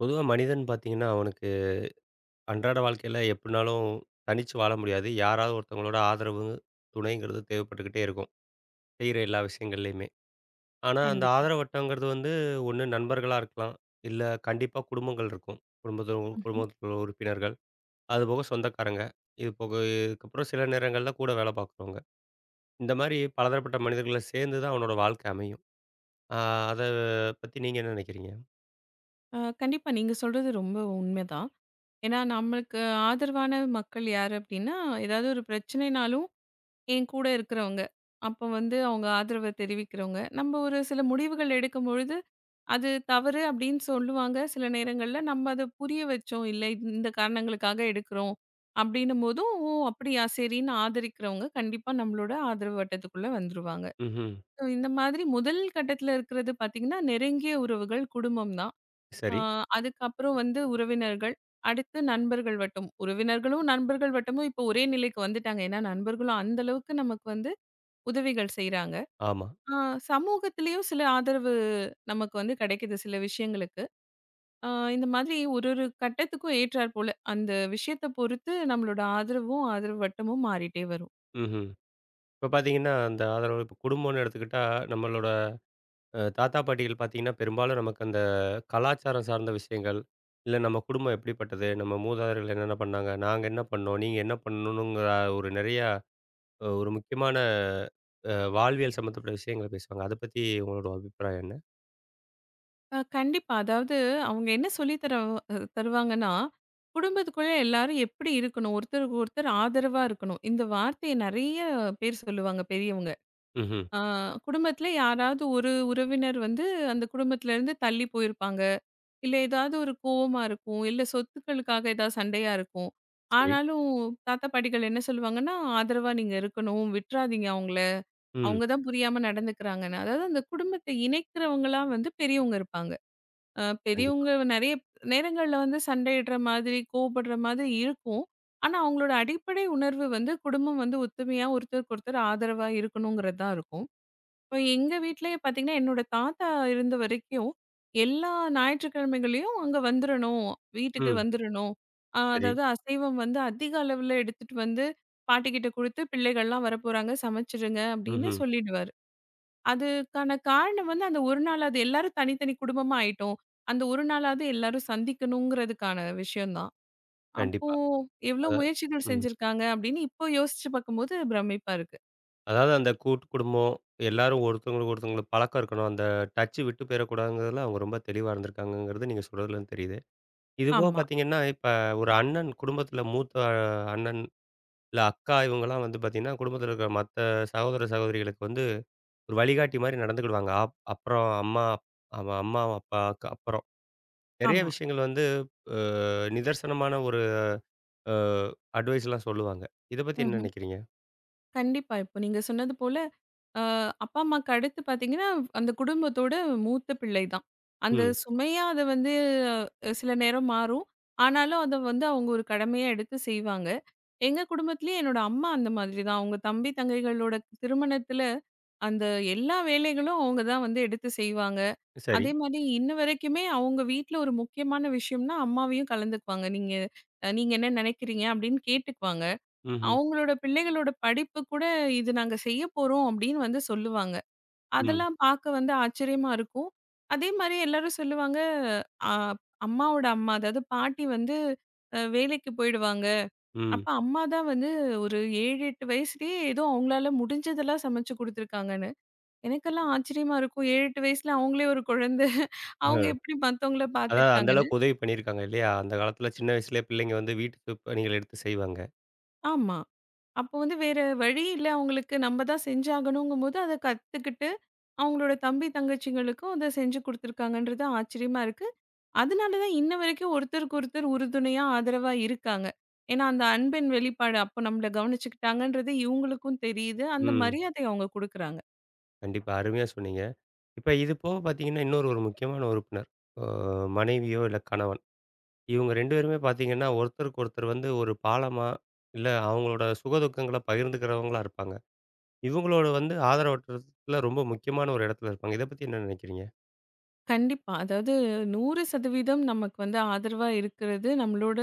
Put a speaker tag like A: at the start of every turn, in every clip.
A: பொதுவா மனிதன் பார்த்தீங்கன்னா, அவனுக்கு அன்றாட வாழ்க்கையில எப்டினாலும் தனிச்சு வாழ முடியாது. யாராவது ஒருத்தவங்களோட ஆதரவு, துணைங்கிறது தேவைப்பட்டுக்கிட்டே இருக்கும். செய்ற எல்லா விஷயங்கள்லயுமே. ஆனா, அந்த
B: கண்டிப்பா.
A: ஆதரவு வட்டம்ங்கிறது வந்து ஒண்ணு நண்பர்களா இருக்கலாம். இல்ல கண்டிப்பா குடும்பங்கள் இருக்கும்.
B: ம்ஹ்ம்.
A: குடும்பத்தில உள்ள உறுப்பினர்கள். அதுபோக சொந்தக்காரங்க. இது போக இதுக்கப்புறம் சில நேரங்கள்ல கூட வேல பார்க்குறவங்க. இந்த மாரி பலதரப்பட்ட மனிதர்கள சேர்ந்து தான் அவனோட வாழ்க்கை அமையும். ஆ அத பத்தி நீங்க என்ன நினைக்கிறீங்க?
B: கண்டிப்பா நீங்க சொல்றது ரொம்ப உண்மைதான். ஏன்னா நம்மளுக்கு ஆதரவான மக்கள் யாரு அப்டின்னா, ஏதாவது ஒரு பிரச்சனைனாலும் என் கூட இருக்கிறவங்க. அப்போ வந்து அவங்க ஆதரவ தெரிவிக்கிறவங்க. நம்ம ஒரு சில முடிவுகள் எடுக்கும்பொழுது, அது தவறு அப்படின்னு சொல்லுவாங்க. சில நேரங்கள்ல நம்ம அத புரிய வச்சோம். இல்ல இந்த காரணங்களுக்காக எடுக்கிறோம் அப்படின்னும் போதும், ஓ! அப்படியா சரின்னு ஆதரிக்கிறவங்க கண்டிப்பா நம்மளோட ஆதரவு வட்டத்துக்குள்ள வந்துருவாங்க.
A: ம்ஹ்ம்.
B: ஸோ இந்த மாதிரி முதல் கட்டத்தில இருக்கிறது பார்த்தீங்கன்னா, நெருங்கிய உறவுகள் குடும்பம் தான். ஆ,
A: சரி.
B: அதுக்கப்புறம் வந்து உறவினர்கள், அடுத்து நண்பர்கள் வட்டம். உறவினர்களும், நண்பர்கள் வட்டமும் இப்போ ஒரே நிலைக்கு வந்துட்டாங்க. ஏன்னா நண்பர்களும் அந்த அளவுக்கு நமக்கு வந்து உதவிகள் செய்றாங்க.
A: ஆமா.
B: ஆ சமூகத்திலயும் சில ஆதரவு நமக்கு வந்து கிடைக்குது சில விஷயங்களுக்கு. ஆ இந்த மாதிரி ஒரு ஒரு கட்டத்துக்கும் ஏற்றார் போல அந்த விஷயத்த பொறுத்து நம்மளோட ஆதரவும், ஆதரவு வட்டமும் மாறிட்டே வரும்.
A: ம்ஹ்ம். இப்ப பார்த்தீங்கன்னா, அந்த ஆதரவு இப்ப குடும்பம்னு எடுத்துக்கிட்டா, நம்மளோட தாத்தா, பாட்டிகள் பார்த்தீங்கன்னா, பெரும்பாலும் நமக்கு அந்த கலாச்சாரம் சார்ந்த விஷயங்கள், இல்ல நம்ம குடும்பம் எப்படிப்பட்டது? நம்ம மூதாதையர்கள் என்னென்ன பண்ணாங்க? நாங்க என்ன பண்ணோம்? நீங்க என்ன பண்ணணுங்கிற ஒரு நிறையா ஒரு முக்கியமான வாழ்வியல் சம்மந்தப்பட்ட விஷயங்கள பேசுவாங்க. அத பத்தி உங்களோட அபிப்பிராயம் என்ன?
B: கண்டிப்பா. அதாவது அவங்க என்ன சொல்லி தர தருவாங்கன்னா, குடும்பத்துக்குள்ள எல்லாரும் எப்படி இருக்கணும்? ஒருத்தருக்கு ஒருத்தர் ஆதரவா இருக்கணும். இந்த வார்த்தைய நெறைய பேர் சொல்லுவாங்க பெரியவங்க.
A: ம்ஹ்ம்.
B: ஆ குடும்பத்தில யாராவது ஒரு உறவினர் வந்து அந்த குடும்பத்திலருந்து தள்ளி போயிருப்பாங்க. இல்ல ஏதாவது ஒரு கோவமா இருக்கும். இல்ல சொத்துக்களுக்காக ஏதாவது சண்டையா இருக்கும்.
A: சரி.
B: ஆனாலும் தாத்தா, பாட்டிகள் என்ன சொல்லுவாங்கன்னா, ஆதரவா நீங்க இருக்கணும். விட்றாதீங்க அவங்கள.
A: ம்.
B: அவங்க தான் புரியாம நடந்துக்கிறாங்கன்னு. அதாவது அந்த குடும்பத்த இணைக்கிறவங்களா வந்து பெரியவங்க இருப்பாங்க.
A: கண்டிப்பா.
B: பெரியவங்க நெறைய நேரங்கள்ல வந்து சண்டையிடுற மாதிரி, கோவப்படுற மாதிரி இருக்கும். ஆனா, அவங்களோட அடிப்படை உணர்வு வந்து குடும்பம் வந்து ஒத்துமையா ஒருத்தருக்கு ஒருத்தர் ஆதரவா இருக்கணுங்கிறது தான் இருக்கும். இப்ப எங்க வீட்லயே பார்த்தீங்கன்னா, என்னோட தாத்தா இருந்த வரைக்கும் எல்லா ஞாயிற்றுக்கிழமைகளையும் அங்க வந்துரணும், வீட்டுக்கு
A: ம்.
B: வந்துரணும்.
A: சரி.
B: அதாவது அசைவம் வந்து அதிக அளவுல எடுத்துட்டு வந்து பாட்டிகிட்ட குடுத்து, பிள்ளைகள்லாம் வரப்போறாங்க சமைச்சுருங்க அப்படின்னு
A: ம்ஹ்ம்.
B: சொல்லிடுவாரு. அதுக்கான காரணம் வந்து அந்த ஒரு நாளாவது எல்லாரும் தனித்தனி குடும்பமா ஆயிட்டோம். அந்த ஒரு நாளாவது எல்லாரும் சந்திக்கணுங்கிறதுக்கான விஷயம் தான். அப்போ
A: கண்டிப்பா.
B: எவ்ளோ
A: அத
B: முயற்சிகள்
A: ம்.
B: செஞ்சிருக்காங்க அப்படின்னு இப்போ யோசிச்சு பார்க்கும்போது பிரமிப்பா இருக்கு.
A: அதாவது அந்த கூட்டு குடும்பம், எல்லாரும் ஒருத்தவங்களுக்கு ஒருத்தவங்களுக்கு பழக்கம் இருக்கணும். அந்த டச்சு விட்டு போயிறக்கூடாதுங்கிறதுல அவங்க ரொம்ப தெளிவா இருந்திருக்காங்கங்கிறது நீங்க சொல்றதுலருந்து தெரியுது. இதுபோக
B: ஆமா,
A: பார்த்தீங்கன்னா, இப்ப ஒரு அண்ணன் குடும்பத்தில மூத்த அண்ணன், இல்ல அக்கா இவங்கலாம் வந்து பார்த்தீங்கன்னா, குடும்பத்தில இருக்கிற மத்த சகோதர, சகோதரிகளுக்கு வந்து ஒரு வழிகாட்டி மாரி நடந்துக்கிடுவாங்க. அப்புறம் அம்மா அம்மா, அப்பாவுக்கு அப்புறம். நெறைய
B: ஆமா.
A: விஷயங்கள் வந்து அ நிதர்சனமான ஒரு அ அட்வைஸ்லாம் சொல்லுவாங்க. இத பத்தி என்ன
B: ம்ஹ்ம்.
A: நெனைக்கிறீங்க?
B: கண்டிப்பா. இப்போ நீங்க சொன்னது போல அ அப்பா, அம்மாக்கு அடுத்து பார்த்தீங்கன்னா, அந்த குடும்பத்தோட மூத்த பிள்ளை தான். அந்த
A: ம்.
B: சுமையா அது வந்து சில நேரம் மாறும். ஆனாலும் அத வந்து அவங்க ஒரு கடமையா எடுத்து செய்வாங்க. எங்க குடும்பத்திலயும் என்னோட அம்மா அந்த மாதிரி தான். அவங்க தம்பி, தங்கைகளோட திருமணத்தில அந்த எல்லா வேலைகளும் அவங்க தான் வந்து எடுத்து செய்வாங்க.
A: சரி.
B: அதே மாரி இன்ன வரைக்குமே அவங்க வீட்ல ஒரு முக்கியமான விஷயம்னா, அம்மாவையும் கலந்துக்குவாங்க. "நீங்க நீங்க என்ன நினைக்கிறீங்க?" அப்படின்னு கேட்டுக்குவாங்க.
A: ம்ஹ்ம்.
B: அவங்களோட பிள்ளைகளோட படிப்பு கூட, இது நாங்க செய்ய போறோம் அப்படின்னு வந்து சொல்லுவாங்க.
A: ம்.
B: அதெல்லாம் பார்க்க வந்து ஆச்சரியமா இருக்கும். அதே மாரி எல்லாரும் சொல்லுவாங்க, அ அம்மாவோட அம்மா, அதாவது பாட்டி வந்து வேலைக்கு போயிடுவாங்க.
A: ம்.
B: அப்ப அம்மா தான் வந்து ஒரு 7, 8 வயசுலயே ஏதோ அவங்களால முடிஞ்சதெல்லாம் சமைச்சு குடுத்துருக்காங்கன்னு. எனக்கெல்லாம் ஆச்சரியமா இருக்கும். 7, 8 வயசுல அவங்களே ஒரு குழந்தை. அவங்க
A: அ.
B: எப்படி மத்தவங்கள
A: அதாவது அந்த
B: பார்த்துக்கிட்டாங்கன்னு.
A: அளவுக்கு உதவி பண்ணியிருக்காங்க இல்லையா? அந்த காலத்துல சின்ன வயசுலயே பிள்ளைங்க வந்து வீட்டு பணிகள் எடுத்து செய்வாங்க.
B: ஆமா. அப்போ வந்து வேற வழி இல்ல அவங்களுக்கு. நம்ம தான் செஞ்சாகணுங்கும்போது, அத கத்துக்கிட்டு அவங்களோட தம்பி, தங்கச்சிங்களுக்கும் அத செஞ்சு குடுத்துருக்காங்கன்றது ஆச்சரியமா இருக்கு. அதனால தான் இன்ன வரைக்கும் ஒருத்தருக்கு ஒருத்தர் உறுதுணையா, ஆதரவா இருக்காங்க. ஏன்னா, அந்த அன்பின் வெளிப்பாடு அப்ப நம்மள கவனிச்சுக்கிட்டாங்கன்றது இவங்களுக்கும் தெரியுது. அந்த
A: ம்.
B: மரியாதைய அவங்க குடுக்குறாங்க.
A: கண்டிப்பா. அருமையா சொன்னீங்க. இப்ப இது போக பாத்தீங்கன்னா, இன்னொரு ஒரு முக்கியமான உறுப்பினர். அ மனைவியோ இல்ல கணவன். இவங்க 2 பேருமே பாத்தீங்கன்னா, ஒருத்தருக்கு ஒருத்தர் வந்து ஒரு பாலமா, இல்ல அவங்களோட சுகதுக்கங்கள பகிர்ந்துக்கிறவங்களா இருப்பாங்க. இவங்களோட வந்து ஆதரவற்றத்துல ரொம்ப முக்கியமான ஒரு இடத்துல இருப்பாங்க. இத பத்தி என்ன நினைக்கிறீங்க?
B: கண்டிப்பா. அதாவது 100% நமக்கு வந்து ஆதரவா இருக்கிறது நம்மளோட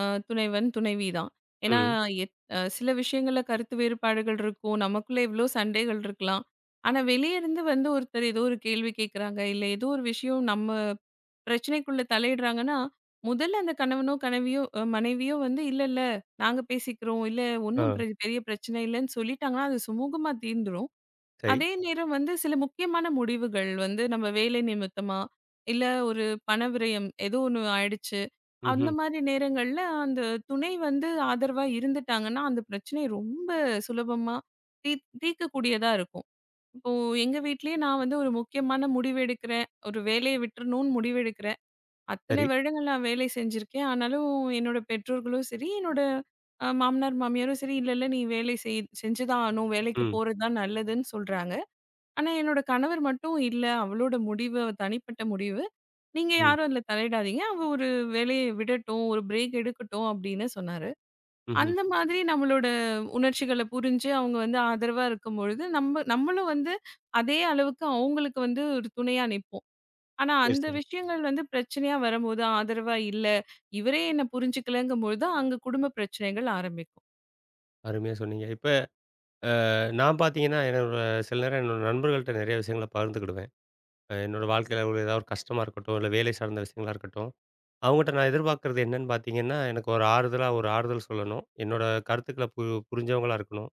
B: அ துணைவன், துணைவி தான். ஏன்னா
A: ம்.
B: எத் அ சில விஷயங்கள்ல கருத்து வேறுபாடுகள் இருக்கும். நமக்குள்ள இவ்ளோ சண்டைகள் இருக்கலாம். ஆனா வெளிய இருந்து வந்து ஒருத்தர் ஏதோ ஒரு கேள்வி கேட்குறாங்க, இல்ல ஏதோ ஒரு விஷயம் நம்ம பிரச்சனைக்குள்ள தலையிடுறாங்கன்னா, முதல்ல அந்த கணவனோ, கனவியோ அ மனைவியோ வந்து இல்ல, இல்ல நாங்க பேசிக்கிறோம். இல்ல
A: ஆ.
B: ஒண்ணும் பெரிய பிரச்சனை இல்லன்னு சொல்லிட்டாங்கன்னா, அது சுமூகமா தீர்ந்துரும்.
A: சரி.
B: அதே நேரம் வந்து சில முக்கியமான முடிவுகள் வந்து நம்ம வேலை நிமித்தமா, இல்ல ஒரு பண விரயம் ஏதோ ஒண்ணு ஆயிடுச்சு. அந்த
A: ம்ஹ்ம்.
B: மாரி நேரங்கள்ல அந்த துணை வந்து ஆதரவா இருந்துட்டாங்கன்னா, அந்த பிரச்சனைய ரொம்ப சுலபமா தீர்க்கக்கூடியதா இருக்கும். இப்போ எங்க வீட்லயே நான் வந்து ஒரு முக்கியமான முடிவு எடுக்கிறேன். ஒரு வேலைய விட்டுறணும்னு முடிவு எடுக்கிறேன். அத்தனை
A: சரி.
B: வருடங்கள் நான் வேலை செஞ்சிருக்கேன். ஆனாலும் என்னோட பெற்றோர்களும் சரி, என்னோட மாமனார், மாமியாரும் சரி, "இல்ல, இல்ல நீ வேலை செய் செஞ்சு தான் ஆகணும். வேலைக்கு
A: ம்.
B: போறது தான் நல்லதுன்னு" சொல்றாங்க. ஆனா, என்னோட கணவர் மட்டும் இல்ல. அவளோட முடிவு, அவ தனிப்பட்ட முடிவு. நீங்க
A: ம்.
B: யாரும் அதில தலையிடாதீங்க. அவ ஒரு வேலைய விடட்டும், ஒரு பிரேக் எடுக்கட்டும் அப்படின்னு சொன்னாரு.
A: ம்ஹ்ம்.
B: அந்த மாதிரி நம்மளோட உணர்ச்சிகள புரிஞ்சு அவங்க வந்து ஆதரவா இருக்கும்பொழுது, நம்மளும் வந்து அதே அளவுக்கு அவங்களுக்கு வந்து ஒரு துணையா நிப்போம். ஆனா,
A: சரி,
B: அந்த
A: சரி.
B: விஷயங்கள் வந்து பிரச்சனையா வரும்போது, ஆதரவா இல்ல, இவரே என்ன புரிஞ்சுக்கலங்கும்பொழுது, அங்க குடும்ப பிரச்சனைகள் ஆரம்பிக்கும்.
A: அருமையா சொன்னீங்க. இப்ப நான் பார்த்தீங்கன்னா, என்னோட சில நேரம் என்னோட நண்பர்கள்ட்ட நெறைய விஷயங்கள பகிர்ந்துக்கிடுவேன். அ என்னோட வாழ்க்கையில உள்ள ஏதாவது ஒரு கஷ்டமா இருக்கட்டும், இல்ல வேலை சார்ந்த விஷயங்களா இருக்கட்டும். அவங்கட்ட நான் எதிர்பார்க்கிறது என்னன்னு பார்த்தீங்கன்னா, எனக்கு ஒரு ஆறுதலா ஒரு ஆறுதல் சொல்லணும். என்னோட கருத்துக்கள புரிஞ்சவங்களா இருக்கணும்.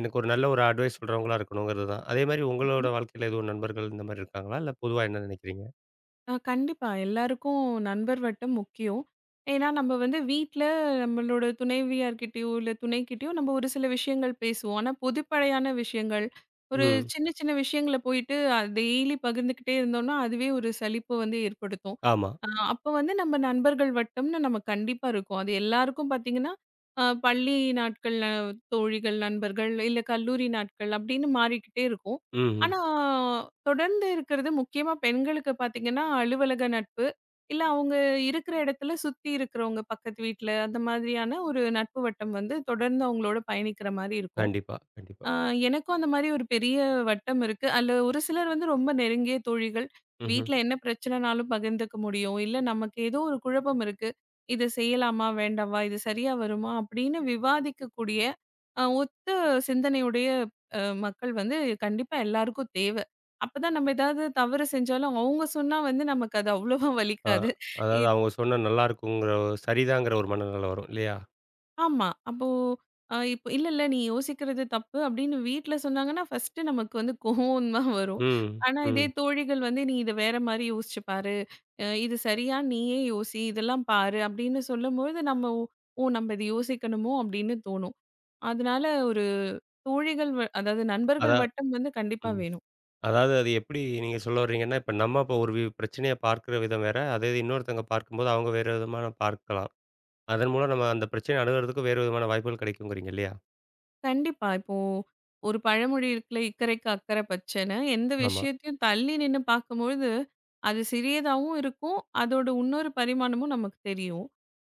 A: எனக்கு ஒரு நல்ல ஒரு அட்வைஸ் சொல்றவங்களா இருக்கணுங்கிறது தான். அதே மாரி உங்களோட வாழ்க்கையில எதுவும் நண்பர்கள் இந்த மாரி இருக்காங்களா? இல்ல பொதுவா என்ன நெனைக்கிறீங்க?
B: கண்டிப்பா. எல்லாருக்கும் நண்பர் வட்டம் முக்கியம். ஏன்னா, நம்ம வந்து வீட்ல நம்மளோட துணைவியார்கிட்டயோ, இல்ல துணைக்கிட்டயோ நம்ம ஒரு சில விஷயங்கள் பேசுவோம். ஆனா, பொதுப்படையான விஷயங்கள், ஒரு
A: ம்.
B: சின்ன சின்ன விஷயங்கள போயிட்டு அது டெய்லி பகிர்ந்துக்கிட்டே இருந்தோம்னா, அதுவே ஒரு சலிப்பு வந்து ஏற்படுத்தும்.
A: ஆமா.
B: அப்போ வந்து நம்ம நண்பர்கள் வட்டம்னு நம்ம கண்டிப்பா இருக்கும். அது எல்லாருக்கும் பார்த்தீங்கன்னா, பள்ளி நாட்கள்ல தோழிகள், நண்பர்கள், இல்ல கல்லூரி நாட்கள் அப்படின்னு மாறிக்கிட்டே இருக்கும்.
A: ம்ஹ்ம்.
B: ஆனா, தொடர்ந்து இருக்கிறது முக்கியமா பெண்களுக்கு பார்த்தீங்கன்னா, அலுவலக நட்பு. இல்ல அவங்க இருக்கிற இடத்துல சுத்தி இருக்கிறவங்க பக்கத்து வீட்ல, அந்த மாதிரியான ஒரு நட்பு வட்டம் வந்து தொடர்ந்து அவங்களோட பயணிக்கிற மாரி இருக்கும்.
A: கண்டிப்பா, கண்டிப்பா.
B: ஆ, எனக்கும் அந்த மாரி ஒரு பெரிய வட்டம் இருக்கு. அதுல ஒரு சிலர் வந்து ரொம்ப நெருங்கிய தோழிகள்.
A: ம்ஹ்ம்.
B: வீட்ல என்ன பிரச்சனைனாலும் பகிர்ந்துக்க முடியும். இல்ல நமக்கு ஏதோ ஒரு குழப்பம் இருக்கு. "இது செய்யலாமா? வேண்டாவா? இது சரியா வருமா?" அப்படின்னு விவாதிக்கக்கூடிய ஒத்த சிந்தனையுடைய மக்கள் வந்து கண்டிப்பா எல்லாருக்கும் தேவை. அப்பதான் நம்ம ஏதாவது தவறு செஞ்சாலும் அவங்க சொன்னா வந்து நமக்கு அது அவ்வளவா
A: ஆ
B: வலிக்காது.
A: அதாவது அவங்க சொன்னா நல்லாருக்குங்கிற சரிதாங்கிற ஒரு மனநிலை வரும் இல்லையா?
B: ஆமா. அப்போ இப்போ "இல்ல, இல்ல நீ யோசிக்கிறது தப்பு" அப்படின்னு வீட்ல சொன்னாங்கன்னா, ஃபர்ஸ்ட்டு நமக்கு வந்து கோவம் தான் வரும்.
A: ம்,
B: ஆனா இதே
A: ம்.
B: தோழிகள் வந்து, "நீ இத வேற மாரி யோசிச்சு பாரு. இது சரியா நீயே யோசி. இதெல்லாம் பாரு" அப்படின்னு சொல்லும்பொழுது நம்ம, "ஓ! ஓ, நம்ம இது யோசிக்கணுமோ!" அப்படின்னு தோணும். அதனால ஒரு தோழிகள் வ அதாவது
A: அதா
B: நண்பர்கள் வட்டம் வந்து கண்டிப்பா
A: ம்.
B: வேணும்.
A: அதாவது அது எப்படி நீங்க சொல்ல வர்றீங்கன்னா, இப்ப நம்ம இப்ப ஒரு பிரச்சனைய பார்க்கிற விதம் வேற. அதே இது இன்னொருத்தவங்க பார்க்கும்போது, அவங்க வேற விதமான பார்க்கலாம். அதன் மூலம் நம்ம அந்த பிரச்சனைய அணுகுறதுக்கு வேறு விதமான வாய்ப்புகள் கிடைக்குங்கிறீங்க இல்லையா?
B: கண்டிப்பா. இப்போ ஒரு பழமொழி இருக்குல்ல, "இக்கரைக்கு அக்கரை பச்சைன்னு" எந்த
A: ஆமா.
B: விஷயத்தையும் தள்ளி நின்னு பார்க்கும்பொழுது, அது சிறியதாவும் இருக்கும். அதோட இன்னொரு பரிமாணமும் நமக்கு தெரியும்.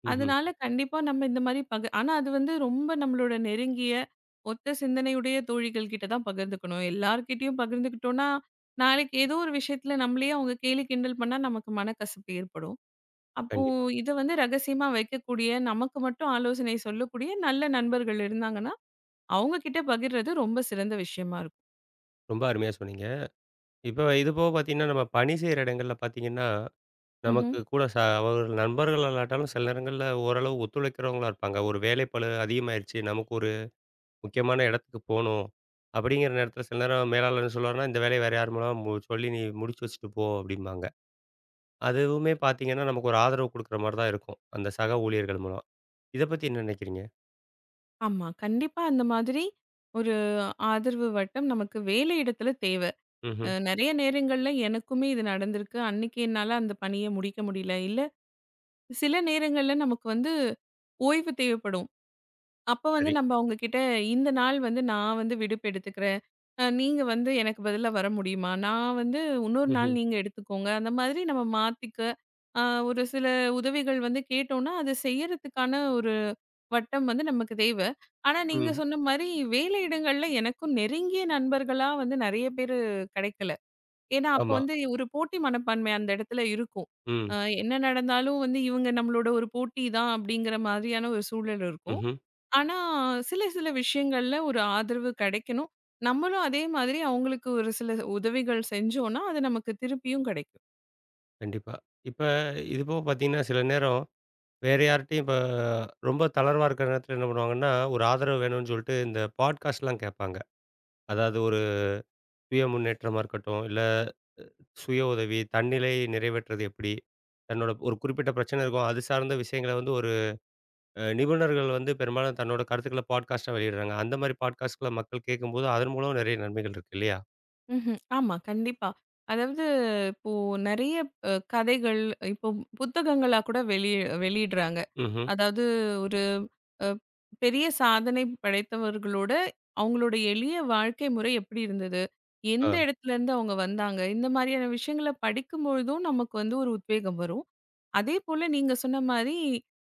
A: ம்ஹ்ம்.
B: அதனால கண்டிப்பா நம்ம இந்த மாரி ஆனா அது வந்து ரொம்ப நம்மளோட நெருங்கிய, ஒத்த சிந்தனையுடைய தோழிகள் கிட்ட தான் பகிர்ந்துக்கணும். எல்லார்கிட்டயும் பகிர்ந்துக்கிட்டோம்னா, நாளைக்கு ஏதோ ஒரு விஷயத்துல நம்மளையே அவங்க கேலி கிண்டல் பண்ணா நமக்கு மனக்கசப்பு ஏற்படும். அப்போ
A: கண்டிப்பா.
B: இத வந்து ரகசியமா வைக்கக்கூடிய, நமக்கு மட்டும் ஆலோசனை சொல்லக்கூடிய நல்ல நண்பர்கள் இருந்தாங்கன்னா அவங்க கிட்ட பகிர்றது ரொம்ப சிறந்த விஷயமா இருக்கும்.
A: ரொம்ப அருமையா சொன்னீங்க. இப்ப இது போக பார்த்தீங்கன்னா, நம்ம பணி செய்ற இடங்கள்ல பார்த்தீங்கன்னா,
B: ம்ஹ்ம்.
A: நமக்கு கூட அவர்கள் நண்பர்கள் இல்லாட்டாலும் சில நேரங்கள்ல ஓரளவு ஒத்துழைக்கிறவங்களா இருப்பாங்க. ஒரு வேலைப்பளு அதிகமாயிருச்சு. நமக்கு ஒரு முக்கியமான இடத்துக்கு போணும். அப்படிங்கிற நேரத்தில சில நேரம் மேலாளர் என்ன சொல்லுவாருன்னா, "இந்த வேலைய வேற யார் மூலமா சொல்லி நீ முடிச்சு வச்சுட்டு போ" அப்படிம்பாங்க. அதுவுமே பார்த்தீங்கன்னா, நமக்கு ஒரு ஆதரவு குடுக்குற மாரி தான் இருக்கும். அந்த சக ஊழியர்கள் மூலம். இத பத்தி என்ன நினைக்கிறீங்க?
B: ஆமா. கண்டிப்பா அந்த மாதிரி ஒரு ஆதரவு வட்டம் நமக்கு வேலை இடத்துல தேவ.
A: ம்ஹ்ம்.
B: நெறைய நேரங்கள்ல எனக்குமே இது நடந்திருக்கு. அன்னைக்கு என்னால அந்த பணிய முடிக்க முடியல. இல்ல சில நேரங்கள்ல நமக்கு வந்து ஓய்வு தேவைப்படும். அப்ப வந்து
A: சரி.
B: நம்ம அவங்க கிட்ட இந்த நாள் வந்து நான் வந்து விடுப்பு எடுத்துக்கிறேன். நீங்க வந்து எனக்கு பதிலா வர முடியுமா? நான் வந்து இன்னொரு நாள்
A: ம்ஹ்ம்.
B: நீங்க எடுத்துக்கோங்க. அந்த மாதிரி நம்ம மாத்திக்க அ ஒரு சில உதவிகள் வந்து கேட்டோம்னா, அது செய்யறதுக்கான ஒரு வட்டம் வந்து நமக்கு தேவ. ஆனா நீங்க
A: ம்.
B: சொன்ன மாரி வேலை இடங்கள்ல எனக்கும் நெருங்கிய நண்பர்களா வந்து நெறைய பேரு கெடைக்கல. ஏன்னா அப்ப
A: ஆமா.
B: வந்து ஒரு போட்டி மனப்பான்மை அந்த இடத்துல இருக்கும்.
A: ம்.
B: அ என்ன நடந்தாலும் வந்து இவங்க நம்மளோட ஒரு போட்டி தான் அப்படிங்கிற மாதிரியான ஒரு சூழல் இருக்கும்.
A: ம்ஹ்ம்.
B: ஆனா, சில சில விஷயங்கள்ல ஒரு ஆதரவு கிடைக்கணும். நம்மளும் அதே மாதிரி அவங்களுக்கு ஒரு சில உதவிகள் செஞ்சோம்னா, அது நமக்கு திருப்பியும் கிடைக்கும்.
A: கண்டிப்பா. இப்ப இது போக பார்த்தீங்கன்னா, சில நேரம் வேற யார்ட்டயும் இப்ப ரொம்ப தளர்வா இருக்கிற நேரத்தில என்ன பண்ணுவாங்கன்னா, ஒரு ஆதரவு வேணும்னு சொல்லிட்டு இந்த பாட்காஸ்ட்லாம் கேட்பாங்க. அதாவது ஒரு சுய முன்னேற்றமா இருக்கட்டும், இல்ல சுய உதவி, தன்னிலை நிறைவேற்றுறது எப்படி? தன்னோட ஒரு குறிப்பிட்ட பிரச்சனை இருக்கும். அது சார்ந்த விஷயங்கள வந்து ஒரு நிபுணர்கள் வந்து பெரும்பாலும் தன்னோட கருத்துக்கள பாட்காஸ்ட்டா வெளியிடுறாங்க. அந்த மாரி பாட்காஸ்ட்கள மக்கள் கேட்கும்போது, அதன் மூலம் நெறைய நன்மைகள் இருக்கு இல்லையா?
B: ம்ஹ்ம். ஆமா, கண்டிப்பா. அதாவது இப்போ நெறைய கதைகள் இப்போ புத்தகங்களா கூட வெளியிடுறாங்க.
A: ம்ஹ்ம்.
B: அதாவது ஒரு அ பெரிய சாதனை படைத்தவர்களோட, அவங்களோட எளிய வாழ்க்கை முறை எப்படி இருந்தது? எந்த
A: ஆ.
B: இடத்துலருந்து அவங்க வந்தாங்க? இந்த மாரியான விஷயங்கள படிக்கும்பொழுதும் நமக்கு வந்து ஒரு உத்வேகம் வரும். அதேபோல நீங்க சொன்ன மாரி,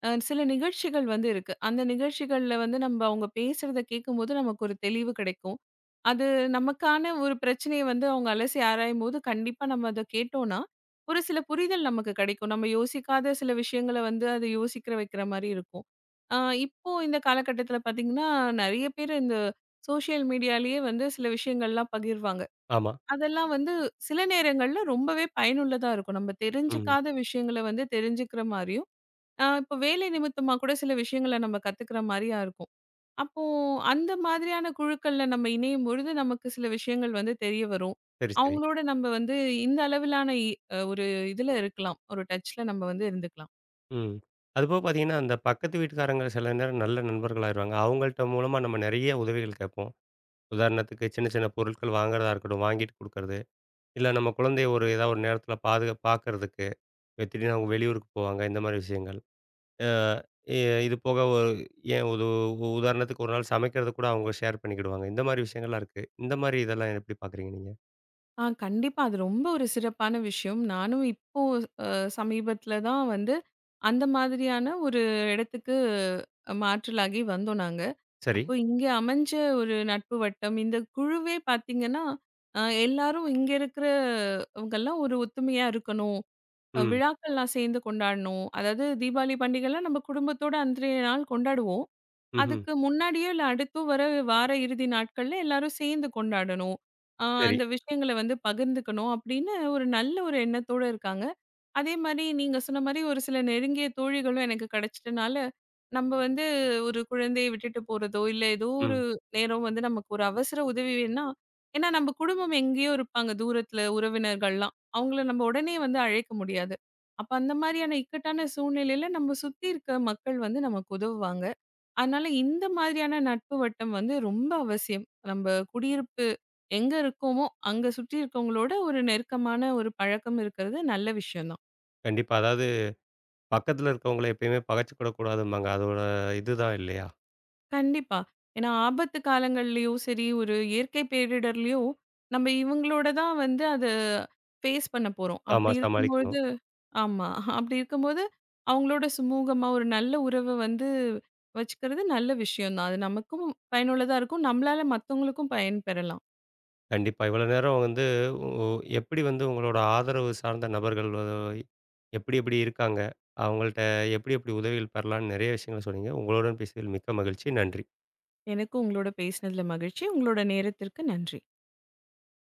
B: சில நிகழ்ச்சிகள் வந்து இருக்கு. அந்த நிகழ்ச்சிகள்ல வந்து நம்ப அவங்க பேசுறத கேட்கும்போது நமக்கு ஒரு தெளிவு கிடைக்கும். அது நமக்கான ஒரு பிரச்சனைய வந்து அவங்க அலசி ஆராயும்போது, கண்டிப்பா நம்ம அத கேட்டோம்னா, ஒரு சில புரிதல் நமக்கு கிடைக்கும். நம்ம யோசிக்காத சில விஷயங்கள வந்து, அது யோசிக்கிற வைக்கிற மாரி இருக்கும். ஆ இப்போ இந்த காலகட்டத்தில பார்த்தீங்கன்னா, நெறைய பேரு இந்த சோஷியல் மீடியாலயே வந்து சில விஷயங்கள்லாம் பகிர்வாங்க.
A: ஆமா.
B: அதெல்லாம் வந்து சில நேரங்கள்ல ரொம்பவே பயனுள்ளதா இருக்கும். நம்ம
A: ம்.
B: தெரிஞ்சுக்காத விஷயங்கள வந்து தெரிஞ்சுக்கிற மாரியும், இப்போ வேலை நிமித்தமா கூட சில விஷயங்கள நம்ம கத்துக்கிற மாரியா இருக்கும். அப்போ அந்த மாதிரியான குழுக்கள்ல நம்ம இணையும் பொழுது, நமக்கு சில விஷயங்கள் வந்து தெரிய வரும்.
A: சரி, சரி.
B: அவங்களோட நம்ம வந்து இந்த அளவிலான இ ஒரு இதுல இருக்கலாம். ஒரு டச்ல நம்ம வந்து இருந்துக்கலாம்.
A: ம். அதுபோக பார்த்தீங்கன்னா, அந்த பக்கத்து வீட்டுக்காரங்க சில நேரம் நல்ல நண்பர்களாயிருவாங்க. அவங்கள்ட்ட மூலமா நம்ம நெறைய உதவிகள் கேட்போம். உதாரணத்துக்கு சின்ன, சின்ன பொருட்கள் வாங்குறதா இருக்கட்டும், வாங்கிட்டு குடுக்கறது. இல்ல நம்ம குழந்தைய ஒரு ஏதாவது ஒரு நேரத்தில பார்க்கறதுக்கு. திடீர்னு அவங்க வெளியூருக்கு போவாங்க. இந்த மாரி விஷயங்கள். அ இ இது போக ஒரு ஏன் ஒரு உ- உதாரணத்துக்கு ஒரு நாள் சமைக்கிறத கூட அவங்க ஷேர் பண்ணிக்கிடுவாங்க. இந்த மாரி விஷயங்கள்லாம் இருக்கு. இந்த மாரி இதெல்லாம் எப்படி பார்க்குறீங்க நீங்க?
B: கண்டிப்பா. அது ரொம்ப ஒரு சிறப்பான விஷயம். நானும் இப்போ அ சமீபத்தில தான் வந்து அந்த மாதிரியான ஒரு இடத்துக்கு மாற்றலாகி வந்தோம் நாங்க.
A: சரி.
B: அப்போ இங்க அமைஞ்ச ஒரு நட்பு வட்டம், இந்த குழுவே பார்த்தீங்கன்னா, அ எல்லாரும் இங்க இருக்கிறவங்கலாம் ஒரு ஒத்துமையா இருக்கணும்.
A: ம்.
B: விழாக்கள்லாம் சேர்ந்து கொண்டாடணும். அதாவது தீபாவளி பண்டிகைலாம் நம்ம குடும்பத்தோட அன்றைய நாள் கொண்டாடுவோம்.
A: ம்ஹ்ம்.
B: அதுக்கு முன்னாடியோ இல்ல அடுத்து வர வார இறுதி நாட்கள்ல எல்லாரும் சேர்ந்து கொண்டாடணும்.
A: சரி.
B: அந்த விஷயங்கள வந்து பகிர்ந்துக்கணும் அப்படின்னு ஒரு நல்ல ஒரு எண்ணத்தோட இருக்காங்க. அதே மாரி நீங்க சொன்ன மாரி ஒரு சில நெருங்கிய தோழிகளும் எனக்கு கிடைச்சிட்டனால, நம்ம வந்து ஒரு குழந்தையை விட்டுட்டு போறதோ, இல்ல ஏதோ ஒரு
A: ம்.
B: நேரம் வந்து நமக்கு ஒரு அவசர உதவி வேணும்னா, ஏன்னா நம்ம குடும்பம் எங்கேயோ இருப்பாங்க தூரத்துல உறவினர்கள்லாம். அவங்கள நம்ம உடனே வந்து அழைக்க முடியாது. அப்ப அந்த மாரியான இக்கட்டான சூழ்நிலையில நம்ம சுத்தி இருக்க மக்கள் வந்து நமக்கு உதவுவாங்க. அதனால இந்த மாதிரியான நட்பு வட்டம் வந்து ரொம்ப அவசியம். நம்ப குடியிருப்பு எங்க இருக்கோமோ, அங்க சுற்றி இருக்கவங்களோட ஒரு நெருக்கமான ஒரு பழக்கம் இருக்கிறது நல்ல விஷயம் தான்.
A: கண்டிப்பா. அதாவது பக்கத்துல இருக்கவங்கள எப்பயுமே பகச்சுக்கிடக்கூடாதும்பாங்க. அதோட இதுதான் இல்லையா?
B: கண்டிப்பா. ஏன்னா ஆபத்து காலங்கள்லயோ சரி, ஒரு இயற்கை பேரிடர்லயோ நம்ம இவங்களோட தான் வந்து அத ஃபேஸ் பண்ண போறோம்.
A: ஆமா
B: அப்படி
A: சமாளிக்கணும்.
B: இருக்கும்பொழுது ஆமா. அப்படி இருக்கும்போது அவங்களோட சுமூகமா ஒரு நல்ல உறவு வந்து வச்சுக்கிறது நல்ல விஷயம் தான். அது நமக்கும் பயனுள்ளதா இருக்கும். நம்மளால மத்தவங்களுக்கும் பயன் பெறலாம்.
A: கண்டிப்பா. இவ்வளோ நேரம் வந்து உ எப்படி வந்து உங்களோட ஆதரவு சார்ந்த நபர்கள் எப்படி எப்படி இருக்காங்க? அவங்கள்ட்ட எப்படி எப்படி உதவிகள் பெறலாம்ன்னு நெறைய விஷயங்கள சொன்னீங்க. உங்களுடன் பேசியதில் மிக்க மகிழ்ச்சி. நன்றி.
B: எனக்கும் உங்களோட பேசினதுல மகிழ்ச்சி. உங்களோட நேரத்திற்கு நன்றி.